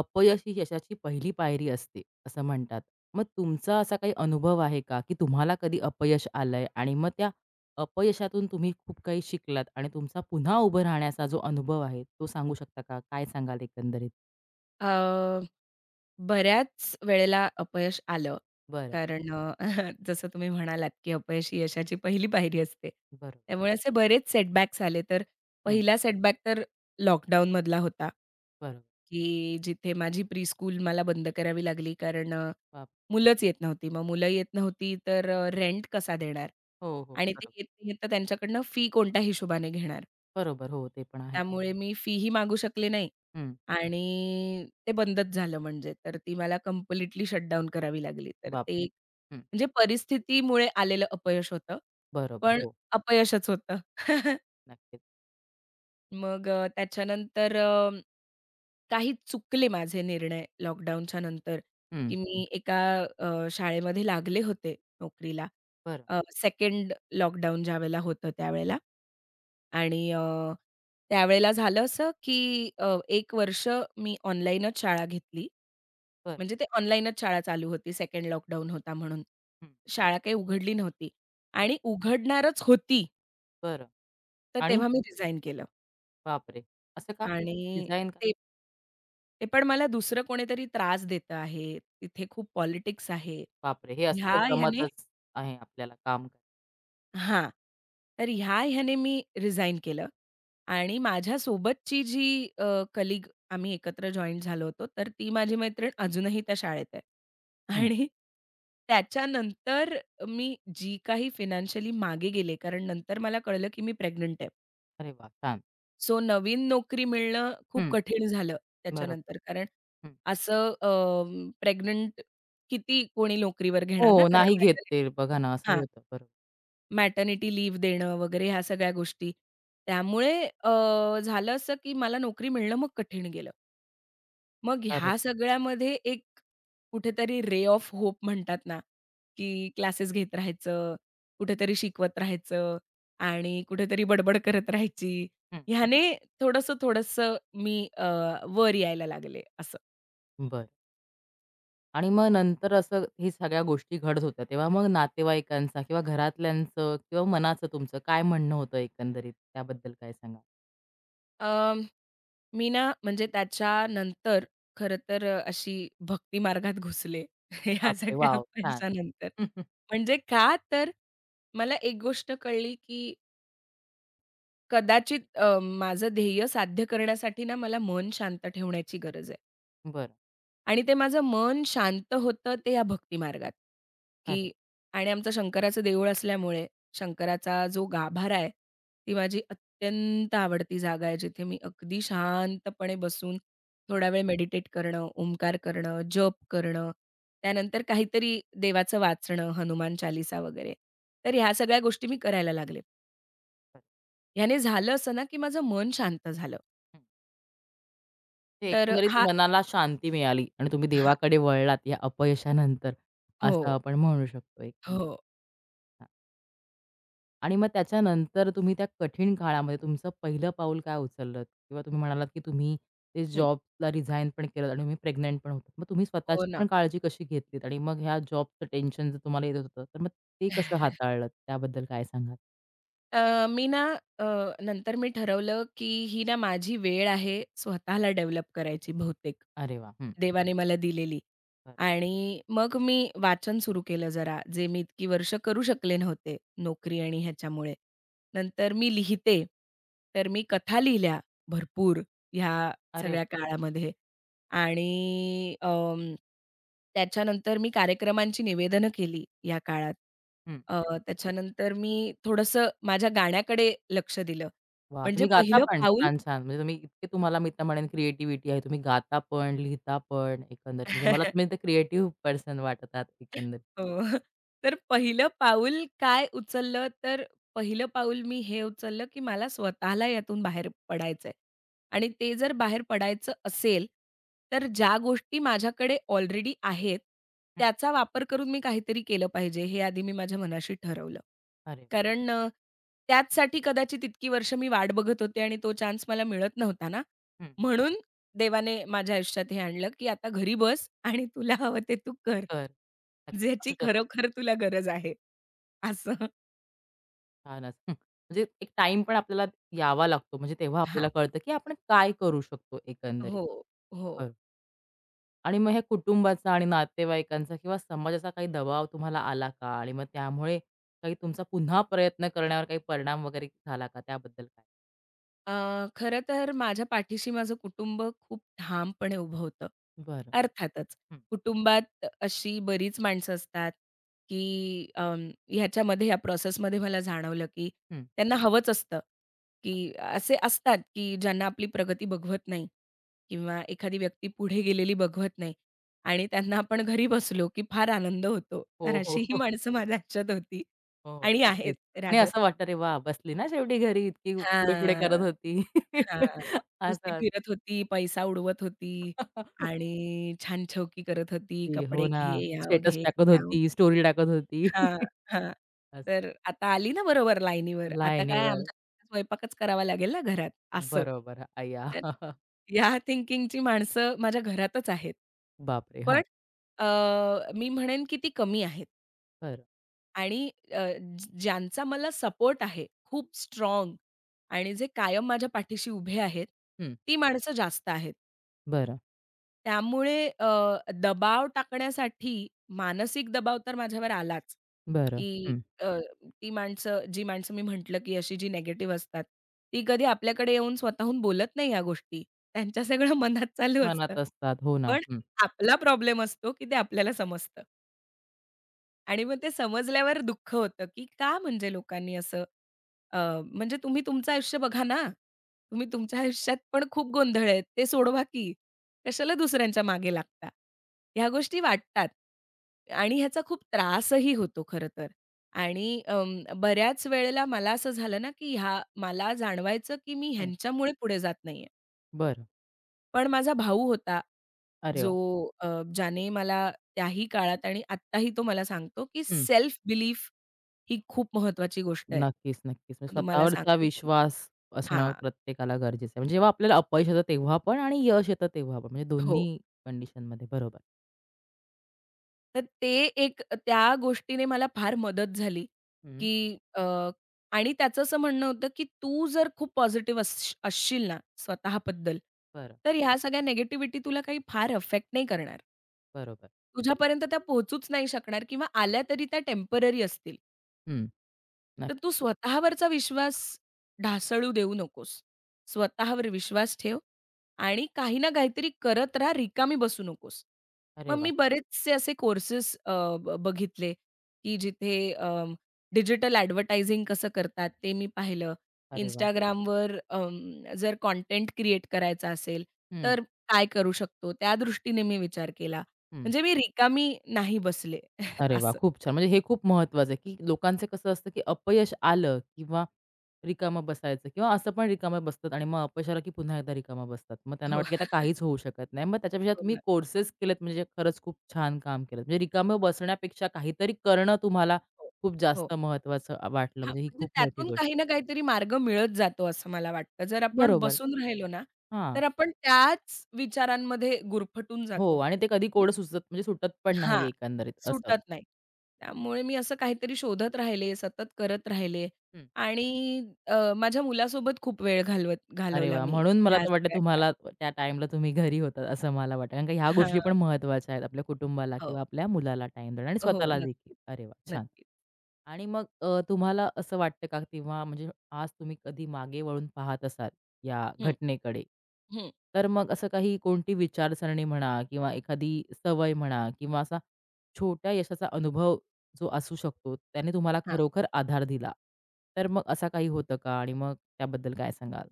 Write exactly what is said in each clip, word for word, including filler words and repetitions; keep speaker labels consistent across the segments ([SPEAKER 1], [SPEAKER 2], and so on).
[SPEAKER 1] अपयश ही यशाची पहिली पायरी असते, असं म्हणतात. मग तुमचा असा काही अनुभव आहे का, की तुम्हाला कधी अपयश आलंय आणि मग त्या अपयशातून तुम्ही खूप काही शिकलात आणि तुमचा पुन्हा उभं राहण्याचा जो अनुभव आहे, तो सांगू शकता का? काय सांगाल एकंदरीत?
[SPEAKER 2] अ, बऱ्याच वेळेला अपयश आलं.
[SPEAKER 1] बरं.
[SPEAKER 2] कारण अ, जसं तुम्ही म्हणालात, की अपयश ही यशाची पहिली पायरी असते.
[SPEAKER 1] बरोबर.
[SPEAKER 2] त्यामुळे असे बरेच सेटबॅक्स आले. तर
[SPEAKER 1] हं.
[SPEAKER 2] पहिला सेटबॅक तर लॉकडाऊनमधला होता,
[SPEAKER 1] बरोबर.
[SPEAKER 2] की जिथे माझी प्री स्कूल मला बंद करावी लागली. कारण अ,
[SPEAKER 1] बाप.
[SPEAKER 2] मुलंच येत नव्हती. मग मुलं येत नव्हती तर रेंट कसा देणार?
[SPEAKER 1] हो, हो.
[SPEAKER 2] आणि ते
[SPEAKER 1] बरोबर.
[SPEAKER 2] येत नाही आहेत, तर त्यांच्याकडनं फी कोणत्या हिशोबाने घेणार?
[SPEAKER 1] बरोबर. हो, ते पण आहे.
[SPEAKER 2] त्यामुळे मी फीही मागू शकले नाही
[SPEAKER 1] हं.
[SPEAKER 2] आणि ते बंदच झालं म्हणजे. तर ती मला कंप्लीटली शटडाउन करावी लागली. तर
[SPEAKER 1] बापरे!
[SPEAKER 2] ते एक
[SPEAKER 1] हं.
[SPEAKER 2] म्हणजे परिस्थितीमुळे आलेलं अपयश होतं.
[SPEAKER 1] बरोबर.
[SPEAKER 2] पण
[SPEAKER 1] हो,
[SPEAKER 2] अपयशच होतं.
[SPEAKER 1] नक्कीच.
[SPEAKER 2] मग अ, त्याच्यानंतर अ, काही चुकले माझे निर्णय लॉकडाऊनच्या नंतर,
[SPEAKER 1] हं.
[SPEAKER 2] की मी एका अ, शाळेमध्ये लागले होते नोकरीला.
[SPEAKER 1] बरं,
[SPEAKER 2] अ, सेकंड लॉकडाऊन ज्यावेळेला होतं त्यावेळेला. आणि अ, त्यावेळेला झालं असं, की अ, एक वर्ष मी ऑनलाईनच शाळा घेतली.
[SPEAKER 1] बरं.
[SPEAKER 2] म्हणजे ते ऑनलाईनच शाळा चालू होती सेकंड लॉकडाऊन होता म्हणून.
[SPEAKER 1] हं.
[SPEAKER 2] शाळा काही उघडली नव्हती
[SPEAKER 1] बरं,
[SPEAKER 2] आणि उघडणारच होती,
[SPEAKER 1] बरं.
[SPEAKER 2] तर
[SPEAKER 1] आणि
[SPEAKER 2] तेव्हा मी रिझाइन केलं
[SPEAKER 1] बापरे! असं का?
[SPEAKER 2] आणि
[SPEAKER 1] डिझाइन.
[SPEAKER 2] ते ते पण मला दुसरं कोणीतरी त्रास देतं आहे. तिथे खूप पॉलिटिक्स आहे.
[SPEAKER 1] बापरे! हे
[SPEAKER 2] ह्या
[SPEAKER 1] असलं
[SPEAKER 2] ह्याने
[SPEAKER 1] जमतच आहे आपल्याला काम करायला.
[SPEAKER 2] हां. तर ह्या ह्याने मी रिझाइन केलं आणि माझ्यासोबतची जी अ, कलीग आम्ही एकत्र जॉइन झालो होतो, तर ती माझी मैत्रीण अजूनही त्या शाळेत आहे.
[SPEAKER 1] हं.
[SPEAKER 2] आणि त्याच्यानंतर मी जी काही फायनान्शियली मागे गेले, कारण नंतर मला कळलं की मी प्रेग्नंट आहे.
[SPEAKER 1] अरे वाह! छान.
[SPEAKER 2] सो नवीन नोकरी मिळणं खूप
[SPEAKER 1] हं.
[SPEAKER 2] कठीण झालं
[SPEAKER 1] बरोबर.
[SPEAKER 2] त्याच्यानंतर. कारण
[SPEAKER 1] हं.
[SPEAKER 2] असं अ, प्रेग्नंट किती कोणी नोकरीवर घेणार ना,
[SPEAKER 1] हो,
[SPEAKER 2] कारण
[SPEAKER 1] नाही घेत
[SPEAKER 2] मॅटर्निटी
[SPEAKER 1] ते बघा ना, असं
[SPEAKER 2] हां,
[SPEAKER 1] होतं. बरोबर.
[SPEAKER 2] मॅटर्निटी लीव्ह देणं वगैरे ह्या सगळ्या गोष्टी. त्यामुळे अ, झालं असं की मला नोकरी मिळणं मग कठीण गेलं. मग
[SPEAKER 1] अरे
[SPEAKER 2] ह्या सगळ्यामध्ये एक कुठेतरी रे ऑफ होप म्हणतात ना, की क्लासेस घेत राहायचं, कुठेतरी शिकवत राहायचं आणि कुठेतरी बडबड करत राहायची.
[SPEAKER 1] हं.
[SPEAKER 2] ह्याने थोडंसं-थोडंसं मी अ, वर यायला लागले असं.
[SPEAKER 1] बरं. आणि मग नंतर असं हे सगळ्या गोष्टी घडत होत्या, तेव्हा मग नातेवाईकांचा किंवा घरातल्यांचं किंवा मनाचं तुमचं काय म्हणणं होतं एकंदरीत? त्याबद्दल काय सांगाल?
[SPEAKER 2] अ, मी ना म्हणजे त्याच्यानंतर खरं तर अ, अशी भक्ती मार्गात घुसले ह्या
[SPEAKER 1] बापरे!
[SPEAKER 2] सगळ्या
[SPEAKER 1] वॉव! छान.
[SPEAKER 2] अपयशानंतर. म्हणजे का तर मला एक गोष्ट कळली, की कदाचित अ, माझं ध्येय साध्य करण्यासाठी ना मला मन शांत ठेवण्याची गरज आहे
[SPEAKER 1] बरं.
[SPEAKER 2] आणि ते माझं मन शांत होतं ते या भक्ती मार्गात,
[SPEAKER 1] अरे!
[SPEAKER 2] की आणि आमचं शंकराचं देऊळ असल्यामुळे शंकराचा जो गाभारा आहे, ती माझी अत्यंत आवडती जागा आहे, जिथे मी अगदी शांतपणे बसून
[SPEAKER 1] हं.
[SPEAKER 2] थोडा वेळ मेडिटेट करणं, ओंकार करणं, जप करणं, त्यानंतर काहीतरी देवाचं वाचणं, हनुमान चालीसा वगैरे. तर ह्या सगळ्या गोष्टी मी करायला लागले.
[SPEAKER 1] बरं.
[SPEAKER 2] ह्याने झालं असं ना, की माझं मन शांत झालं.
[SPEAKER 1] हं. ते
[SPEAKER 2] तर
[SPEAKER 1] एकंदरीत
[SPEAKER 2] हा
[SPEAKER 1] मनाला शांती मिळाली आणि तुम्ही
[SPEAKER 2] हां.
[SPEAKER 1] देवाकडे वळलात या अपयशानंतर,
[SPEAKER 2] हो,
[SPEAKER 1] असं आपण म्हणू शकतो एकंदरीत.
[SPEAKER 2] हो.
[SPEAKER 1] आणि मग त्याच्यानंतर तुम्ही त्या कठीण काळामध्ये तुमचं पहिलं पाऊल काय उचललत? किंवा तुम्ही म्हणालात, की तुम्ही ते
[SPEAKER 2] हं.
[SPEAKER 1] जॉबला रिझाइन पण केलत आणि तुम्ही प्रेग्नंट पण होतात. मग तुम्ही
[SPEAKER 2] हो
[SPEAKER 1] स्वतःची
[SPEAKER 2] ना.
[SPEAKER 1] पण काळजी कशी घेतलीत? आणि मग ह्या जॉबचं टेन्शन जर तुम्हाला येत होतं, तर मग ते कसं हाताळलत? त्याबद्दल काय सांगाल?
[SPEAKER 2] अ, मी ना अ, नंतर मी ठरवलं, की ही ना माझी वेळ आहे स्वतःला डेव्हलप करायची बहुतेक,
[SPEAKER 1] अरे वाह! हं,
[SPEAKER 2] देवाने मला दिलेली.
[SPEAKER 1] बरं.
[SPEAKER 2] आणि मग मी वाचन सुरू केलं जरा, जे मी इतकी वर्ष करू शकले नव्हते, नोकरी आणि ह्याच्यामुळे. नंतर मी लिहिते, तर मी कथा लिहिल्या भरपूर ह्या
[SPEAKER 1] अरे वाह!
[SPEAKER 2] सगळ्या काळामध्ये. आणि अं, त्याच्यानंतर मी कार्यक्रमांची निवेदनं केली या काळात.
[SPEAKER 1] हं.
[SPEAKER 2] अ,
[SPEAKER 1] अरे वाह!
[SPEAKER 2] त्याच्यानंतर मी थोडंसं माझ्या गाण्याकडे लक्ष दिलं.
[SPEAKER 1] वाह!
[SPEAKER 2] म्हणजे
[SPEAKER 1] तुम्ही गाता
[SPEAKER 2] पहिलं
[SPEAKER 1] पण.
[SPEAKER 2] पाऊल
[SPEAKER 1] छान, छान. म्हणजे तुम्ही इतके तुम्हाला मी तर म्हणेन क्रिएटिव्हिटी आहे. तुम्ही गाता पण, लिहिता पण एकंदरीत. म्हणजे मला तुम्ही तर क्रिएटिव्ह पर्सन वाटत एकंदरीत.
[SPEAKER 2] हो. तर पहिलं पाऊल काय उचललं, तर पहिलं पाऊल मी हे उचललं, की मला स्वतःला यातून बाहेर पडायचंय आणि ते जर बाहेर पडायचं असेल, तर ज्या गोष्टी माझ्याकडे ऑलरेडी आहेत,
[SPEAKER 1] हं.
[SPEAKER 2] त्याचा वापर करून मी काहीतरी केलं पाहिजे, हे आधी मी माझ्या मनाशी ठरवलं.
[SPEAKER 1] अरे!
[SPEAKER 2] कारण अ, त्याचसाठी कदाचित इतकी वर्ष मी वाट बघत होते आणि तो चान्स मला मिळत नव्हता ना.
[SPEAKER 1] वा. हं.
[SPEAKER 2] म्हणून देवाने माझ्या आयुष्यात हे आणलं, की आता घरी बस आणि तुला हवं ते तू कर. ज्याची
[SPEAKER 1] तर
[SPEAKER 2] खरोखर तुला गरज आहे असं.
[SPEAKER 1] छानच. हं. म्हणजे एक टाइम पण आपल्याला यावा लागतो. म्हणजे तेव्हा
[SPEAKER 2] हां.
[SPEAKER 1] आपल्याला कळतं, की आपण काय करू शकतो एकंदरीत.
[SPEAKER 2] हो, हो.
[SPEAKER 1] बरोबर. आणि मग हे कुटुंबाचा आणि नातेवाईकांचा किंवा समाजाचा काही दबाव तुम्हाला आला का? आणि मग त्यामुळे काही तुमचा पुन्हा प्रयत्न करण्यावर काही परिणाम वगैरे झाला का? त्याबद्दल काय?
[SPEAKER 2] अ, खरं तर माझ्या पाठीशी माझं कुटुंब खूप ठामपणे उभं होतं.
[SPEAKER 1] बरं.
[SPEAKER 2] अर्थातच
[SPEAKER 1] हं,
[SPEAKER 2] कुटुंबात अशी बरीच माणसं असतात, की अं, ह्याच्यामध्ये या प्रोसेसमध्ये मला जाणवलं, की
[SPEAKER 1] हं.
[SPEAKER 2] त्यांना हवंच असतं, की असे असतात, की ज्यांना आपली प्रगती बघवत नाही किंवा एखादी व्यक्ती पुढे गेलेली बघवत नाही आणि त्यांना आपण घरी बसलो, की फार आनंद होतो. तर
[SPEAKER 1] हो, हो,
[SPEAKER 2] अशीही
[SPEAKER 1] हो.
[SPEAKER 2] माणसं माझ्या आयुष्यात होती
[SPEAKER 1] हो, हो.
[SPEAKER 2] आणि आहेत
[SPEAKER 1] नक्कीच. आणि
[SPEAKER 2] रादर.
[SPEAKER 1] असं वाटतं, "अरे वाह! बसली ना शेवटी घरी, इतकी पुढे-पुढे करत
[SPEAKER 2] हां.
[SPEAKER 1] होती."
[SPEAKER 2] हां.
[SPEAKER 1] असं
[SPEAKER 2] नुसती
[SPEAKER 1] असतं.
[SPEAKER 2] फिरत होती, पैसा उडवत होती आणि छान-छौकी करत होती.
[SPEAKER 1] ती हो
[SPEAKER 2] कपडे
[SPEAKER 1] ना.
[SPEAKER 2] घे, याव
[SPEAKER 1] स्टेटस
[SPEAKER 2] घे,
[SPEAKER 1] टाकत
[SPEAKER 2] त्याव
[SPEAKER 1] होती, स्टोरी टाकत होती.
[SPEAKER 2] हां, हां.
[SPEAKER 1] असं
[SPEAKER 2] तर आता आली ना बरोबर लाईनीवर. आता काय
[SPEAKER 1] लाईनीवर.
[SPEAKER 2] आमच्या स्वयंपाकच करावा लागेल ना घरात, असं.
[SPEAKER 1] बरोबर. आया.
[SPEAKER 2] तर या थिंकिंगची माणसं माझ्या घरातच आहेत.
[SPEAKER 1] बापरे! हां,
[SPEAKER 2] पण अ, मी म्हणेन की ती कमी आहेत.
[SPEAKER 1] बरं.
[SPEAKER 2] आणि अ, ज- ज्यांचा मला सपोर्ट आहे, खूप स्ट्रॉंग, आणि जे कायम माझ्या पाठीशी उभे आहेत,
[SPEAKER 1] हं.
[SPEAKER 2] ती माणसं जास्त आहेत.
[SPEAKER 1] बरं,
[SPEAKER 2] त्यामुळे अ, दबाव टाकण्यासाठी मानसिक दबाव तर माझ्यावर आलाच,
[SPEAKER 1] बरं.
[SPEAKER 2] की
[SPEAKER 1] हं.
[SPEAKER 2] अ, ती माणसं जी माणसं मी म्हटलं, की अशी जी निगेटिव्ह असतात, ती कधी आपल्याकडे येऊन स्वतःहून बोलत नाही ह्या गोष्टी. त्यांच्या सगळं मनात चालू असतं.
[SPEAKER 1] मनात असतात. हो ना.
[SPEAKER 2] पण
[SPEAKER 1] हं,
[SPEAKER 2] आपला प्रॉब्लेम असतो, की ते आपल्याला समजतं. आणि मग ते समजल्यावर दुःख होतं, की का म्हणजे लोकांनी असं अ, म्हणजे तुम्ही तुमचं आयुष्य बघा ना. तुम्ही तुमच्या आयुष्यात पण खूप गोंधळ आहेत. ते सोडवा की. कशाला दुसऱ्यांच्या मागे लागता? ह्या गोष्टी वाटतात आणि ह्याचा खूप त्रासही होतो खरं तर. आणि अं, बऱ्याच वेळेला मला असं झालं ना, की ह्या मला जाणवायचं, की मी
[SPEAKER 1] हं.
[SPEAKER 2] ह्यांच्यामुळे पुढे जात नाहीये.
[SPEAKER 1] बरं.
[SPEAKER 2] पण माझा भाऊ होता,
[SPEAKER 1] अरे
[SPEAKER 2] जो
[SPEAKER 1] वाह!
[SPEAKER 2] अ, ज्याने मला त्याही काळात आणि आत्ताही तो मला सांगतो, की
[SPEAKER 1] हं.
[SPEAKER 2] सेल्फ बिलीफ ही खूप महत्वाची गोष्ट आहे.
[SPEAKER 1] नक्कीच, नक्कीच. म्हणजे
[SPEAKER 2] तर तुम्हाला
[SPEAKER 1] स्वतःवरचा
[SPEAKER 2] सांगतो, की
[SPEAKER 1] विश्वास असणं
[SPEAKER 2] हां,
[SPEAKER 1] प्रत्येकाला गरजेचं आहे. म्हणजे जेव्हा आपल्याला अपयश येतं तेव्हा पण आणि यश येतं तेव्हा पण. म्हणजे
[SPEAKER 2] हो.
[SPEAKER 1] दोन्ही कंडिशनमध्ये. बरोबर.
[SPEAKER 2] तर ते एक त्या गोष्टीने मला फार मदत झाली,
[SPEAKER 1] हं.
[SPEAKER 2] की अ, आणि त्याचं असं म्हणणं होतं, की "तू जर खूप पॉझिटिव्ह असश असशील ना स्वतःबद्दल,
[SPEAKER 1] बरं.
[SPEAKER 2] तर ह्या सगळ्या निगेटिव्हिटी तुला काही फार अफेक्ट नाही करणार."
[SPEAKER 1] बरोबर.
[SPEAKER 2] तुझ्यापर्यंत त्या पोहोचूच नाही शकणार किंवा आल्या तरी त्या टेम्पररी असतील.
[SPEAKER 1] हं.
[SPEAKER 2] तर तू
[SPEAKER 1] नक्कीच.
[SPEAKER 2] स्वतःवरचा विश्वास ढासळू देऊ नकोस. स्वतःवर विश्वास ठेव आणि काही ना काहीतरी करत राहा, रिकामी बसू नकोस.
[SPEAKER 1] अरे
[SPEAKER 2] मग
[SPEAKER 1] वाह!
[SPEAKER 2] मी बरेचसे असे कोर्सेस बघितले, की जिथे डिजिटल ॲडव्हर्टायझिंग कसं करतात ते मी पाहिलं.
[SPEAKER 1] अरे वाह!
[SPEAKER 2] Instagramवर जर कंटेंट क्रिएट करायचा असेल,
[SPEAKER 1] हं,
[SPEAKER 2] तर काय करू शकतो? त्या दृष्टीने मी विचार केला.
[SPEAKER 1] हं.
[SPEAKER 2] म्हणजे मी रिकामी नाही बसले
[SPEAKER 1] अरे वाह!
[SPEAKER 2] असं.
[SPEAKER 1] खूप छान. म्हणजे हे खूप महत्वाचं आहे, की लोकांचं कसं असतं, की अपयश आलं किंवा रिकामं बसायचं किंवा असं पण रिकामं बसतात आणि मग अपयश आलं, की पुन्हा एकदा रिकामं बसतात. मग त्यांना
[SPEAKER 2] हो,
[SPEAKER 1] वाटतं, की आता काहीच होऊ शकत नाही. मग त्याच्यापेक्षा
[SPEAKER 2] हो
[SPEAKER 1] तुम्ही
[SPEAKER 2] ना.
[SPEAKER 1] कोर्सेस केलेत म्हणजे खरंच खूप छान काम केलं. म्हणजे रिकामं बसण्यापेक्षा काहीतरी करणं तुम्हाला
[SPEAKER 2] हो,
[SPEAKER 1] खूप
[SPEAKER 2] हो.
[SPEAKER 1] जास्त महत्वाचं वाटलं.
[SPEAKER 2] हां,
[SPEAKER 1] म्हणजे ही
[SPEAKER 2] म्हणजे
[SPEAKER 1] खूप मोठी
[SPEAKER 2] त्यातून
[SPEAKER 1] गोष्ट.
[SPEAKER 2] काही ना काहीतरी मार्ग मिळत जातो असं मला वाटतं. जर आपण
[SPEAKER 1] बरोबर.
[SPEAKER 2] बसून राहिलो ना,
[SPEAKER 1] हां.
[SPEAKER 2] तर आपण त्याच विचारांमध्ये गुरफटून
[SPEAKER 1] हो
[SPEAKER 2] जातो,
[SPEAKER 1] आणि ते कधी
[SPEAKER 2] की
[SPEAKER 1] कोड़ सुचत म्हणजे सुटत पण नाही
[SPEAKER 2] हां,
[SPEAKER 1] एकंदरीत असं.
[SPEAKER 2] सुटत नाही. त्यामुळे मी असं काहीतरी शोधत राहिले, सतत करत राहिले
[SPEAKER 1] हं.
[SPEAKER 2] आणि अ, माझ्या मुलासोबत खूप वेळ घालवत
[SPEAKER 1] अरे
[SPEAKER 2] घालवला
[SPEAKER 1] वाह!
[SPEAKER 2] मी
[SPEAKER 1] म्हणून मला
[SPEAKER 2] ह्या
[SPEAKER 1] तर वाटतं
[SPEAKER 2] सगळ्या
[SPEAKER 1] तुम्हाला
[SPEAKER 2] काळात.
[SPEAKER 1] त्या टाईमला तुम्ही घरी होतात असं मला वाटतं. कारण का ह्या
[SPEAKER 2] हां,
[SPEAKER 1] गोष्टी पण महत्त्वाच्या आहेत आपल्या कुटुंबाला
[SPEAKER 2] हो,
[SPEAKER 1] किंवा आपल्या मुलाला टाइम देणं आणि
[SPEAKER 2] हो,
[SPEAKER 1] स्वतःला देखील.
[SPEAKER 2] नक्कीच,
[SPEAKER 1] अरे वाह! छान.
[SPEAKER 2] नक्कीच.
[SPEAKER 1] आणि मग अ, तुम्हाला असं वाटतं का तेव्हा म्हणजे आज तुम्ही कधी मागे वळून पाहत असाल या
[SPEAKER 2] हं,
[SPEAKER 1] घटनेकडे,
[SPEAKER 2] हं.
[SPEAKER 1] तर मग असं काही कोणती विचारसरणी म्हणा किंवा एखादी सवय म्हणा किंवा असा छोट्या यशाचा अनुभव जो असू शकतो त्याने तुम्हाला खरोखर आधार दिला. तर मग असा काही होतं का आणि मग त्याबद्दल काय सांगाल?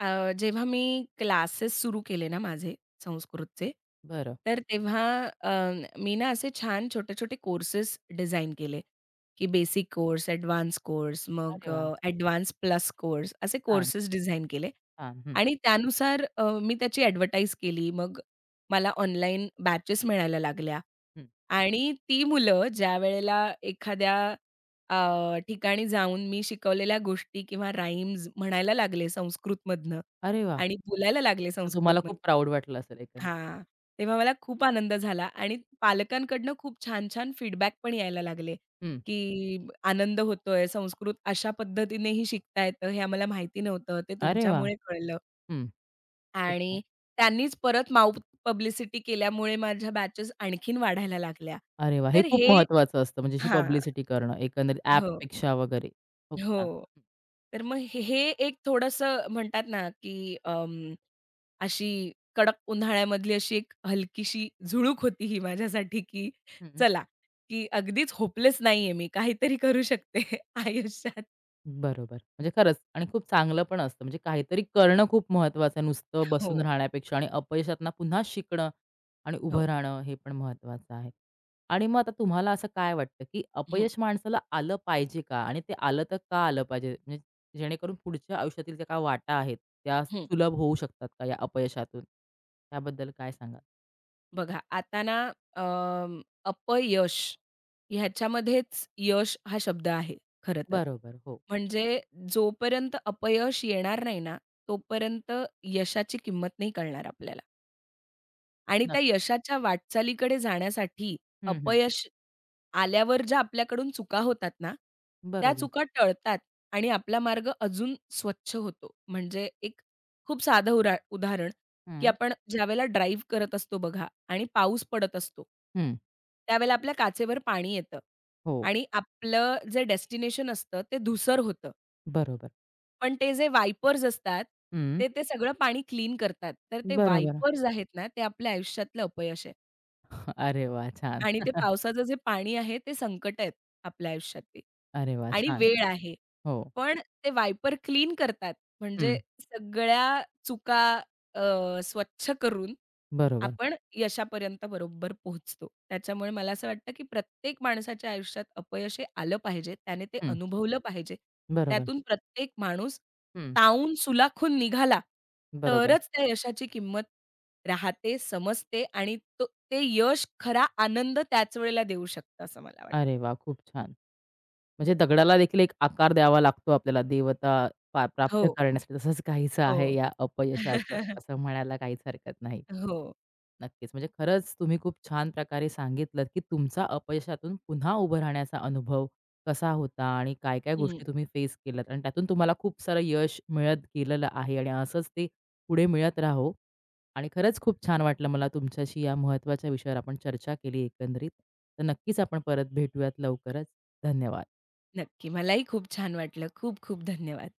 [SPEAKER 2] अ, जेव्हा मी क्लासेस सुरू केले ना माझे संस्कृतचे,
[SPEAKER 1] बरं.
[SPEAKER 2] तर तेव्हा अ, मी ना असे छान छोटे-छोटे कोर्सेस डिझाइन केले, की बेसिक कोर्स, एडवान्स कोर्स, मग
[SPEAKER 1] अरे वा,
[SPEAKER 2] अ, प्लस कोर्स असे
[SPEAKER 1] छान,
[SPEAKER 2] कोर्सेस डिझाइन केले
[SPEAKER 1] छान. हं,
[SPEAKER 2] आणि त्यानुसार अ, मी त्याची ॲडव्हर्टाइज केली. मग मला ऑनलाईन बॅचेस मिळायला लागल्या
[SPEAKER 1] हं.
[SPEAKER 2] आणि ती मुलं ज्यावेळेला एखाद्या अ, ठिकाणी जाऊन मी शिकवलेल्या गोष्टी किंवा राईम्स म्हणायला लागले संस्कृतमधनं
[SPEAKER 1] अरे वाह!
[SPEAKER 2] आणि बोलायला लागले
[SPEAKER 1] तर तुम्हाला खूप
[SPEAKER 2] संस्कृतमधनं.
[SPEAKER 1] प्राउड वाटलं असेल एकंदरीत.
[SPEAKER 2] हां. तेव्हा मला खूप आनंद झाला आणि पालकांकडनं खूप छान-छान फीडबॅक पण यायला लागले,
[SPEAKER 1] हं.
[SPEAKER 2] की आनंद होतोय, संस्कृत अशा पद्धतीनेही शिकता येतं हे आम्हाला माहिती नव्हतं. ते
[SPEAKER 1] अरे वा,
[SPEAKER 2] तुमच्यामुळे कळलं
[SPEAKER 1] हं. खूप
[SPEAKER 2] आणि
[SPEAKER 1] छान.
[SPEAKER 2] त्यांनीच परत माउथ पब्लिसिटी केल्यामुळे माझ्या बॅचेस आणखीन वाढायला लागल्या.
[SPEAKER 1] अरे वाह! हे
[SPEAKER 2] तर
[SPEAKER 1] खूप
[SPEAKER 2] हे
[SPEAKER 1] महत्वाचं असतं म्हणजे अशी
[SPEAKER 2] हां.
[SPEAKER 1] पब्लिसिटी करणं एकंदरीत
[SPEAKER 2] हो.
[SPEAKER 1] ॲपपेक्षा वगैरे. खूप छान.
[SPEAKER 2] हो.
[SPEAKER 1] हं,
[SPEAKER 2] तर मग हे हे एक थोडंसं म्हणतात ना, की अं, अशी कडक उन्हाळ्यामधली अशी एक हलकीशी झुळूक होती ही माझ्यासाठी, की
[SPEAKER 1] हं.
[SPEAKER 2] चला, की अगदीच होपलेस नाहीये मी. काहीतरी करू शकते आयुष्यात.
[SPEAKER 1] बरोबर. म्हणजे खरंच आणि खूप चांगलं पण असतं. म्हणजे काहीतरी करणं खूप महत्त्वाचं आहे, नुसतं
[SPEAKER 2] हो,
[SPEAKER 1] बसून राहण्यापेक्षा आणि अपयशातनं पुन्हा शिकणं आणि उभं
[SPEAKER 2] हो.
[SPEAKER 1] राहणं हे पण महत्त्वाचं आहे. आणि मग आता तुम्हाला असं काय वाटतं, की
[SPEAKER 2] हं,
[SPEAKER 1] अपयश माणसाला आलं पाहिजे का? आणि ते आलं तर का आलं पाहिजे? म्हणजे जेणेकरून पुढच्या आयुष्यातील ज्या काही वाटा आहेत, त्या
[SPEAKER 2] हं.
[SPEAKER 1] सुलभ होऊ शकतात का या अपयशातून? त्याबद्दल काय सांगाल?
[SPEAKER 2] बघा आता ना अं, अपयश ह्याच्यामध्येच यश हा शब्द आहे खरं तर.
[SPEAKER 1] बरोबर. हो.
[SPEAKER 2] म्हणजे जोपर्यंत अपयश येणार नाही ना, तोपर्यंत यशाची किंमत नाही कळणार आपल्याला आणि त्या
[SPEAKER 1] नक्कीच.
[SPEAKER 2] यशाच्या वाटचालीकडे जाण्यासाठी
[SPEAKER 1] हं, हं.
[SPEAKER 2] अपयश आल्यावर ज्या आपल्याकडून चुका होतात ना, त्या
[SPEAKER 1] बरोबर.
[SPEAKER 2] चुका टळतात आणि आपला मार्ग अजून स्वच्छ होतो. म्हणजे एक खूप साधं उरा उदाहरण, की
[SPEAKER 1] हं.
[SPEAKER 2] आपण ज्यावेळेला ड्राईव्ह करत असतो बघा आणि पाऊस पडत असतो.
[SPEAKER 1] हं.
[SPEAKER 2] त्यावेळेला आपल्या काचेवर पाणी येतं
[SPEAKER 1] हो.
[SPEAKER 2] आणि आपलं जे डेस्टिनेशन असतं ते धुसर होतं.
[SPEAKER 1] बरोबर.
[SPEAKER 2] पण ते जे वायपर्स असतात,
[SPEAKER 1] हं.
[SPEAKER 2] ते ते सगळं पाणी क्लीन करतात. तर ते
[SPEAKER 1] बरोबर.
[SPEAKER 2] वायपर्स आहेत ना, ते आपल्या आयुष्यातलं अपयश आहे.
[SPEAKER 1] अरे वाह! छान.
[SPEAKER 2] आणि ते पावसाचं जे पाणी आहे ते संकट आहेत आपल्या आयुष्यातली
[SPEAKER 1] अरे वा,
[SPEAKER 2] आणि
[SPEAKER 1] छान.
[SPEAKER 2] वेळ आहे.
[SPEAKER 1] हो.
[SPEAKER 2] पण ते वायपर क्लीन करतात. म्हणजे
[SPEAKER 1] हं.
[SPEAKER 2] सगळ्या चुका अ, स्वच्छ करून
[SPEAKER 1] बरोबर.
[SPEAKER 2] आपण यशापर्यंत बरोबर पोहोचतो. त्याच्यामुळे मला असं वाटतं, की प्रत्येक माणसाच्या आयुष्यात अपयश हे आलं पाहिजे. त्याने ते
[SPEAKER 1] हं.
[SPEAKER 2] अनुभवलं पाहिजे.
[SPEAKER 1] बरोबर.
[SPEAKER 2] त्यातून प्रत्येक माणूस
[SPEAKER 1] हं.
[SPEAKER 2] तावून सुलाखून निघाला,
[SPEAKER 1] बरोबर.
[SPEAKER 2] तरच त्या यशाची किंमत राहते, समजते आणि तो ते यश, खरा आनंद त्याच वेळेला देऊ शकतं असं मला वाटतं.
[SPEAKER 1] अरे वा, खूप छान. म्हणजे दगडाला देखील एक आकार द्यावा लागतो आपल्याला देवता पा
[SPEAKER 2] हो,
[SPEAKER 1] प्राप्त करण्यासाठी. तसंच काहीसं आहे
[SPEAKER 2] हो.
[SPEAKER 1] या अपयशाचं असं म्हणायला काहीच हरकत नाही.
[SPEAKER 2] हो.
[SPEAKER 1] नक्कीच. म्हणजे खरंच तुम्ही खूप छान प्रकारे सांगितलत, की तुमचा अपयशातून पुन्हा उभं राहण्याचा अनुभव कसा होता आणि काय-काय
[SPEAKER 2] हं.
[SPEAKER 1] गोष्टी तुम्ही फेस केल्यात आणि त्यातून तुम्हाला खूप सारं यश मिळत गेलेलं आहे आणि असंच ते पुढे मिळत राहो आणि खरंच खूप छान वाटलं मला तुमच्याशी या महत्त्वाच्या विषयावर आपण चर्चा केली एकंदरीत. तर नक्कीच आपण परत भेटूयात लवकरच. धन्यवाद.
[SPEAKER 2] नक्की. मलाही खूप छान वाटलं. खूप खूप धन्यवाद.